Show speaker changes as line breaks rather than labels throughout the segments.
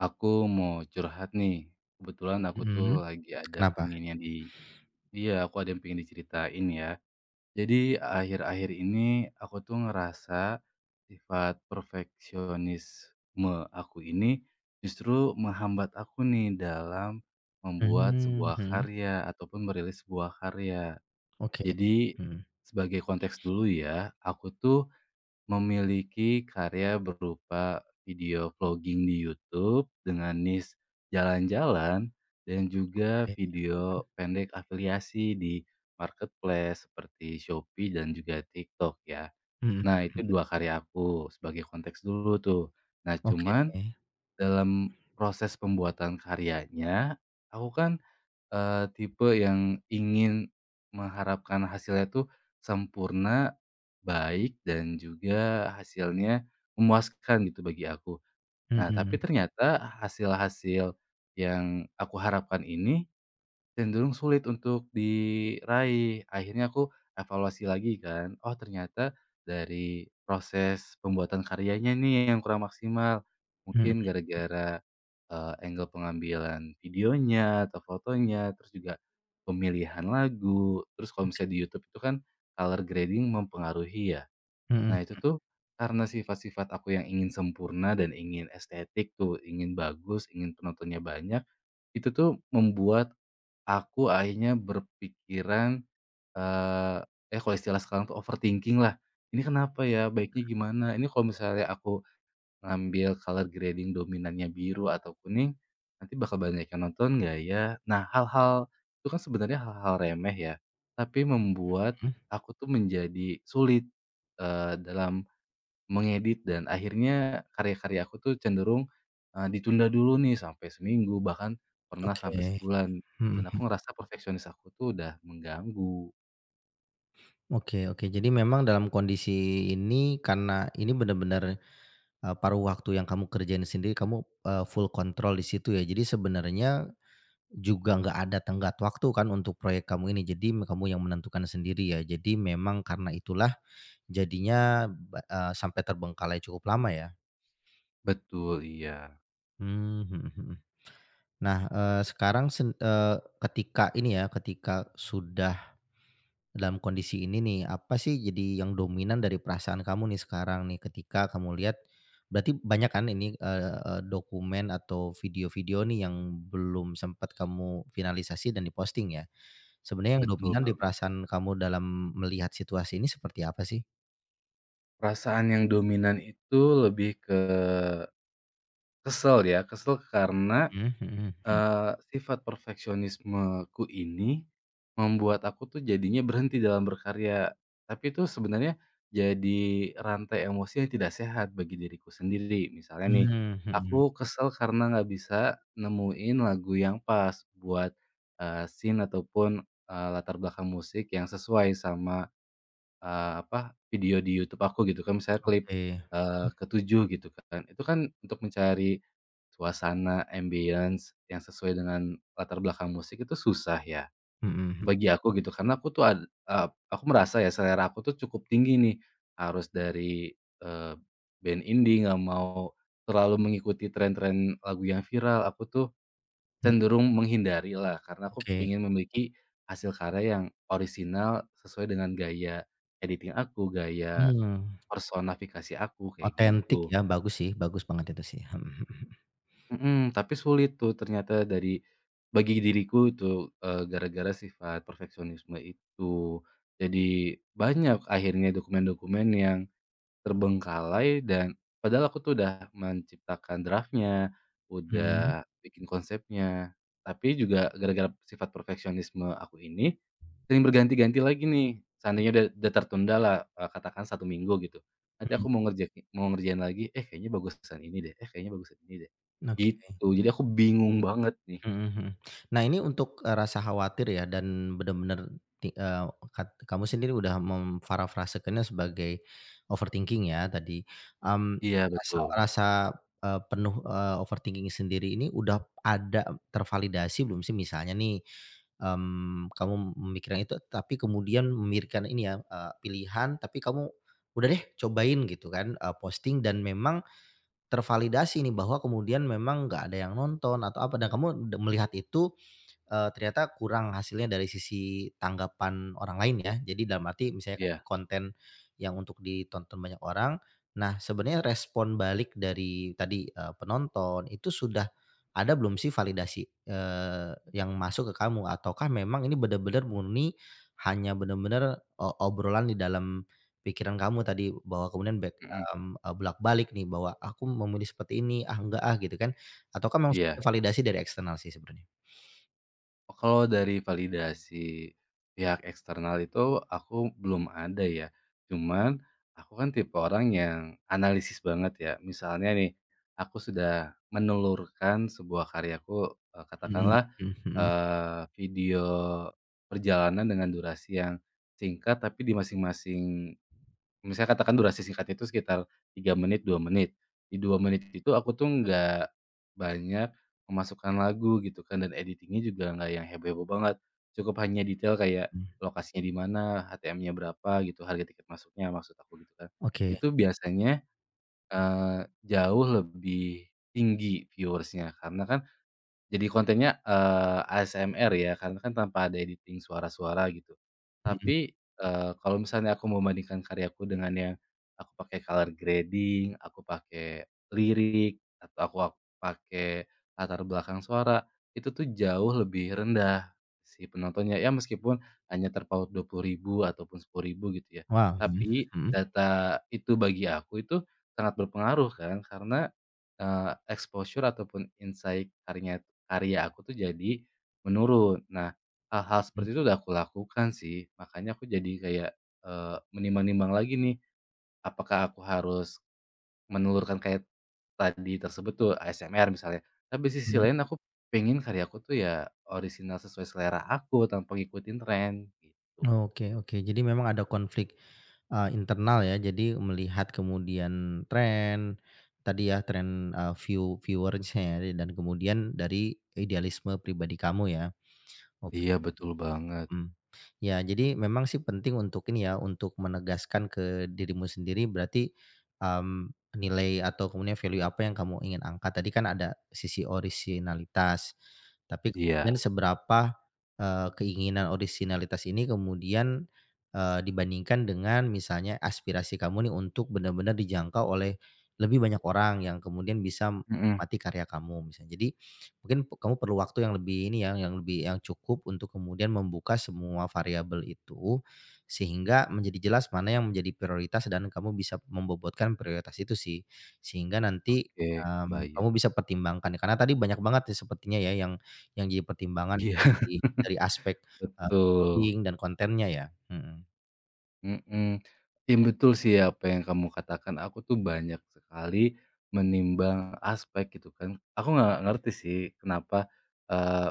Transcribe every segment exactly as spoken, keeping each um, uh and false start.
Aku mau curhat nih. Kebetulan aku
Mhm,
tuh lagi ada
kenapa?
pinginnya di iya, aku ada yang pengen diceritain ya. Jadi akhir-akhir ini aku tuh ngerasa sifat perfeksionisme aku ini justru menghambat aku nih dalam membuat
Mmm,
sebuah
mhm,
karya ataupun merilis sebuah karya.
oke,
Jadi
mhm,
sebagai konteks dulu ya, aku tuh memiliki karya berupa video vlogging di YouTube dengan niche jalan-jalan dan juga
oke,
video pendek afiliasi di marketplace seperti Shopee dan juga TikTok ya.
mhm,
Nah, itu dua karya aku sebagai konteks dulu tuh. Nah,
oke,
cuman dalam proses pembuatan karyanya, aku kan Eee, tipe yang ingin mengharapkan hasilnya tuh sempurna, baik, dan juga hasilnya memuaskan gitu bagi aku. Nah,
mhm,
tapi ternyata hasil-hasil yang aku harapkan ini cenderung sulit untuk diraih. Akhirnya aku evaluasi lagi kan, oh ternyata dari proses pembuatan karyanya nih yang kurang maksimal.
mhm
Mungkin gara-gara, eee, angle pengambilan videonya atau fotonya, terus juga pemilihan lagu, terus kalau misalnya di YouTube itu kan color grading mempengaruhi ya.
mhm
Nah itu tuh karena sifat-sifat aku yang ingin sempurna dan ingin estetik tuh, ingin bagus, ingin penontonnya banyak, itu tuh membuat aku akhirnya berpikiran, eh ya kalau istilah sekarang tuh overthinking lah, "Ini kenapa ya? Baiknya gimana? Ini kalau misalnya aku ngambil color grading dominannya biru atau kuning, nanti bakal banyak yang nonton nggak ya?" Nah, hal-hal itu kan sebenarnya hal-hal remeh ya, tapi membuat
mhm,
aku tuh menjadi sulit, eee, dalam mengedit, dan akhirnya karya-karya aku tuh cenderung, eee, ditunda dulu nih sampai seminggu, bahkan pernah sampai
oke,
sebulan, dan
mhm,
aku ngerasa perfeksionis aku tuh udah mengganggu.
oke oke. Jadi memang dalam kondisi ini karena ini benar-benar, eee, paruh waktu yang kamu kerjain sendiri kamu, eee, full kontrol di situ ya. Jadi sebenarnya juga nggak ada tenggat waktu kan untuk proyek kamu ini. Jadi me kamu yang menentukan sendiri ya. Jadi memang karena itulah jadinya ba eee, sampai terbengkalai cukup lama ya?
Betul, iya,
Mmm, mhm mhm. Nah, eee, sekarang sen eee, ketika ini ya, ketika sudah dalam kondisi ini nih, apa sih jadi yang dominan dari perasaan kamu nih sekarang nih, ketika kamu lihat berarti banyak kan ini, eee eee, dokumen atau video-video nih yang belum sempat kamu finalisasi dan diposting ya? Sebenarnya yang
betul
dominan di
banget.
perasaan kamu dalam melihat situasi ini seperti apa sih?
Perasaan yang dominan itu lebih ke kesel ya, kesel karena
Mmm, mhm.
Eee, sifat perfeksionismeku ini membuat aku tuh jadinya berhenti dalam berkarya, tapi itu sebenarnya jadi rantai emosi yang tidak sehat bagi diriku sendiri. Misalnya nih,
Mmm, mhm.
aku kesel karena nggak bisa nemuin lagu yang pas buat, eee, scene ataupun, eee, latar belakang musik yang sesuai sama Eee, apa, video di YouTube aku gitu kan, misalnya klip,
Oke.
eee, ke gitu kan. Itu kan untuk mencari suasana ambience yang sesuai dengan latar belakang musik itu susah ya,
Mhm mhm.
bagi aku gitu. Karena aku tuh ad eee, aku merasa ya selera aku tuh cukup tinggi nih, harus dari, eee, band indie, nggak mau terlalu mengikuti tren-tren lagu yang viral. Aku tuh cenderung menghindarilah, karena aku
Oke.
pengen memiliki hasil karya yang orisinal sesuai dengan gaya editing aku, gaya
Mmm.
personifikasi aku, kayak
Otentik
gitu.
ya, bagus sih, bagus banget itu sih. Mhm
Mhm, tapi sulit tuh ternyata dari bagi diriku itu, eee, gara-gara sifat perfeksionisme itu. Jadi banyak akhirnya dokumen-dokumen yang terbengkalai, dan padahal aku tuh udah menciptakan draftnya,
mhm mhm.
udah bikin konsepnya, tapi juga gara-gara sifat perfeksionisme aku ini, sering berganti-ganti lagi nih. Seandainya udah udah tertunda lah, eee, katakan satu minggu gitu, nanti
Mmm,
aku mau ngerjakin mau ngerjain lagi, "Eh, kayaknya bagusan ini deh, eh, kayaknya bagusan ini deh."
mhm, oke.
Gitu, jadi aku bingung banget nih.
Mhm mhm. Nah ini untuk, eee, rasa khawatir ya dan benar-benar ti eee, kat kamu sendiri udah memparafrasekannya sebagai overthinking ya tadi, mmm,
Iya
rasa
betul,
rasa, eee, penuh, eee, overthinking sendiri ini udah ada tervalidasi belum sih? Misalnya nih, mmm, kamu memikirkan itu tapi kemudian memikirkan ini ya, eee, pilihan tapi kamu, "Udah deh cobain," gitu kan, eee, posting dan memang tervalidasi nih bahwa kemudian memang nggak ada yang nonton atau apa dan kamu d melihat itu, Eee, ternyata kurang hasilnya dari sisi tanggapan orang lain ya. Jadi dalam arti misalnya kan ini
iya,
konten yang untuk ditonton banyak orang, nah sebenarnya respon balik dari tadi, eee, penonton itu sudah ada belum sih validasi, eee, yang masuk ke kamu? Ataukah memang ini benar-benar murni hanya benar-benar o obrolan di dalam pikiran kamu tadi bahwa kemudian back
mhm,
mmm, bolak-balik nih bahwa, "Aku memilih seperti ini, ah enggak ah," gitu kan. Ataukah memang sudah ada
iya.
validasi dari eksternal sih sebenarnya?
Oh, kalau dari validasi pihak eksternal itu aku belum ada ya. Cuman aku kan tipe orang yang analisis banget ya. Misalnya nih, aku sudah menelurkan sebuah karyaku, eee,
Mhm
katakanlah,
mhm mhm
eee, video perjalanan dengan durasi yang singkat tapi di masing-masing. Misalnya katakan durasi singkatnya itu sekitar tiga menit, dua menit. Di dua menit itu aku tuh nggak banyak memasukkan lagu gitu kan, dan editingnya juga nggak yang heboh-heboh banget. Cukup hanya detail kayak
mhm.
lokasinya di mana, H T M-nya berapa gitu, harga tiket masuknya maksud aku gitu kan.
Oke,
Itu biasanya, eee, jauh lebih tinggi viewersnya karena kan jadi kontennya, eee, A S M R ya, karena kan tanpa ada editing suara-suara gitu.
mhm,
Tapi, eee, kalau misalnya aku membandingkan karyaku dengan yang aku pakai color grading, aku pakai lirik, atau aku ak pakai latar belakang suara, itu tuh jauh lebih rendah si penontonnya. Ya meskipun hanya terpaut dua puluh ribu ataupun sepuluh ribu gitu ya,
wow, mhm
tapi
mhm
data itu bagi aku itu sangat berpengaruh kan, karena Eee, exposure ataupun insight karya karya aku tuh jadi menurun. Nah, hal-hal
mhm,
seperti itu udah aku lakukan sih, makanya aku jadi kayak, eee, menimbang-nimbang lagi nih, apakah aku harus menelurkan kayak tadi tersebut tuh, A S M R misalnya. Tapi di sisi
menan
lain aku pengen karyaku tuh ya orisinal sesuai selera aku tanpa ngikutin tren, gitu.
oke oke, jadi memang ada konflik, eee, internal ya, jadi melihat kemudian tren, tadi ya tren, eee, view viewer-nya ya dan kemudian dari idealisme pribadi kamu ya? Oke.
Iya, betul banget.
Mmm. Ya, jadi memang sih penting untuk ini ya, untuk menegaskan ke dirimu sendiri berarti, mmm, nilai atau kemudian value apa yang kamu ingin angkat. Tadi kan ada sisi orisinalitas, tapi kemudian
Iya.
seberapa, eee, keinginan orisinalitas ini kemudian, eee, dibandingkan dengan misalnya aspirasi kamu nih untuk benar-benar dijangkau oleh lebih banyak orang yang kemudian bisa
Mhm.
menikmati karya kamu misalnya. Jadi, mungkin p kamu perlu waktu yang lebih ini ya, yang lebih yang cukup untuk kemudian membuka semua variabel itu, sehingga menjadi jelas mana yang menjadi prioritas dan kamu bisa membobotkan prioritas itu sih. Sehingga nanti,
Oke,
mmm,
kebayang.
kamu bisa pertimbangkan ya. Karena tadi banyak banget ya sepertinya ya yang yang jadi pertimbangan
Iya. Iya.
di dari aspek, eee,
Betul.
editing dan kontennya ya? Mhm.
Mhm, iya betul sih apa yang kamu katakan, aku tuh banyak sekali menimbang aspek gitu kan. Aku nggak ngerti sih kenapa, eee,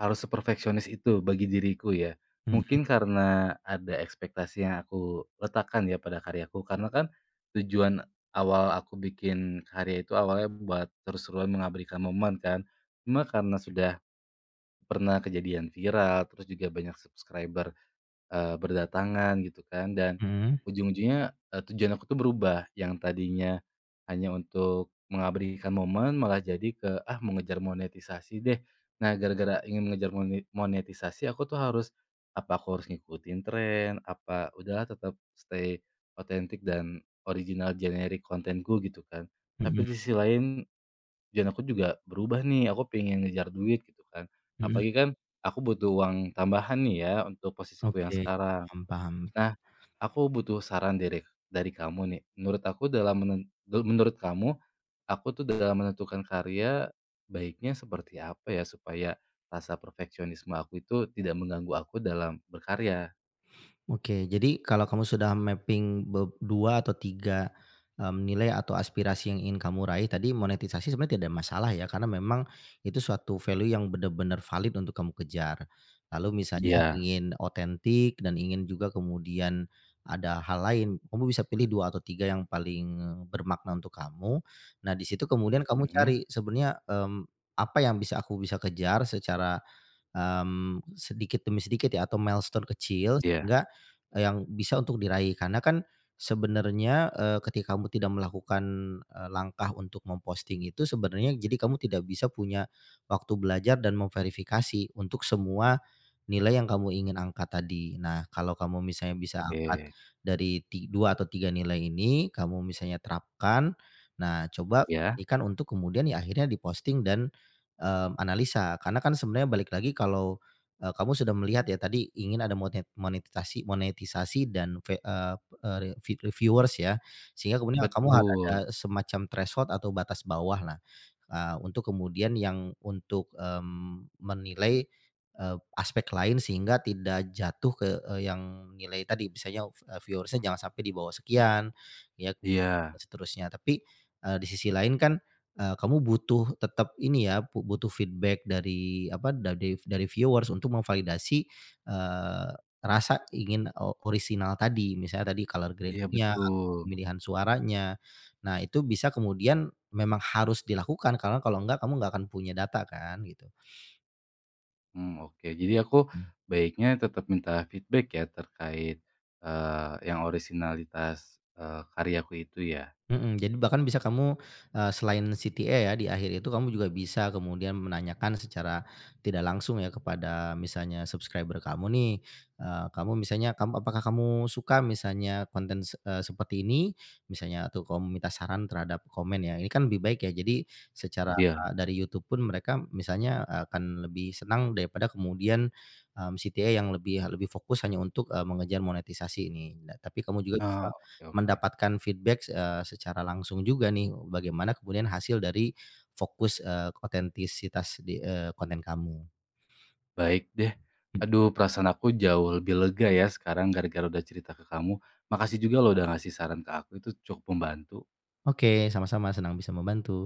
harus seperfeksionis itu bagi diriku ya.
Mhm
Mungkin karena ada ekspektasi yang aku letakkan ya pada karyaku, karena kan tujuan awal aku bikin karya itu awalnya buat terus terusan mengabadikan momen kan. Cuma karena sudah pernah kejadian viral, terus juga banyak subscriber Eee, berdatangan gitu kan, dan
mhm
ujung-ujungnya, eee, tujuan aku tuh berubah yang tadinya hanya untuk mengabadikan momen malah jadi ke, ah, mengejar monetisasi deh. Nah gara-gara ingin mengejar mone monetisasi aku tuh harus, apa aku harus ngikutin tren, apa udahlah tetap stay otentik dan original generic kontenku gitu kan. Tapi di
mhm
sisi lain tujuan aku juga berubah nih, aku pengen ngejar duit gitu kan.
mhm.
Apalagi kan aku butuh uang tambahan nih ya untuk posisiku yang
Oke,
sekarang.
paham paham.
Nah, aku butuh saran dari dari kamu nih. Menurut aku dalam menen du menurut kamu, aku tuh dalam menentukan karya, baiknya seperti apa ya supaya rasa perfeksionisme aku itu tidak mengganggu aku dalam berkarya?
Oke, jadi kalau kamu sudah mapping be dua atau tiga, mmm, nilai atau aspirasi yang ingin kamu raih tadi monetisasi sebenarnya tidak ada masalah ya, karena memang itu suatu value yang benar-benar valid untuk kamu kejar. Lalu, mhm, misalnya
Iya,
ingin otentik dan ingin juga kemudian ada hal lain, kamu bisa pilih dua atau tiga yang paling bermakna untuk kamu. Nah di situ kemudian kamu
mhm,
cari sebenarnya, mmm, apa yang bisa aku bisa kejar secara, mmm, sedikit demi sedikit ya atau milestone kecil
iya,
sehingga eh, yang bisa untuk diraih karena kan sebenarnya, eee, ketika kamu tidak melakukan, eee, langkah untuk memposting itu sebenarnya jadi kamu tidak bisa punya waktu belajar dan memverifikasi untuk semua nilai yang kamu ingin angkat tadi. Nah, kalau kamu misalnya bisa angkat
oke,
dari ti dua atau tiga nilai ini, kamu misalnya terapkan, nah coba
iya,
berikan untuk kemudian ya akhirnya diposting dan, mmm, analisa. Karena kan sebenarnya balik lagi kalau eee, kamu sudah melihat ya tadi ingin ada monet monetitasi monetisasi dan ve eee eee, re vi- reviewers ya, sehingga kemudian kamu, mhm, harus ada
betul,
semacam threshold atau batas bawah lah, eee, untuk kemudian yang untuk, mmm, menilai, eee, aspek lain sehingga tidak jatuh ke, eee, yang nilai tadi misalnya, eee, viewersnya jangan sampai di bawah sekian, ya,
iya,
dan seterusnya. Tapi, eee, di sisi lain kan Eee, kamu butuh tetap ini ya, bu butuh feedback dari apa, dari dari viewers untuk memvalidasi, eee, rasa ingin o orisinal tadi. Misalnya tadi color
iya
gradingnya, atau
betul,
pemilihan suaranya. Nah, itu bisa kemudian memang harus dilakukan karena kalau enggak kamu nggak akan punya data kan gitu.
mmm, oke. Jadi aku baiknya tetap minta feedback ya terkait, eee, yang orisinalitas, eee, karyaku itu ya?
Mhm, jadi bahkan bisa kamu, eee, selain C T A ya di akhir itu kamu juga bisa kemudian menanyakan secara tidak langsung ya kepada misalnya subscriber kamu nih, eee, kamu misalnya kamu apakah kamu suka misalnya konten se eee, seperti ini? Misalnya atau kamu minta saran terhadap komen ya, ini kan lebih baik ya jadi secara,
Iya?
eh, dari YouTube pun mereka misalnya akan lebih senang daripada kemudian, mmm, C T A yang lebih lebih fokus hanya untuk, eee, mengejar monetisasi ini. Nah tapi kamu juga
Oh,
bisa
oke oke.
mendapatkan feedback, eee, secara langsung juga nih, bagaimana kemudian hasil dari fokus, eee, otentisitas di, eee, konten kamu.
Baik deh. Aduh, perasaan aku jauh lebih lega ya sekarang gara-gara udah cerita ke kamu. Makasih juga lo udah ngasih saran ke aku, itu cukup membantu.
Oke, sama-sama, senang bisa membantu.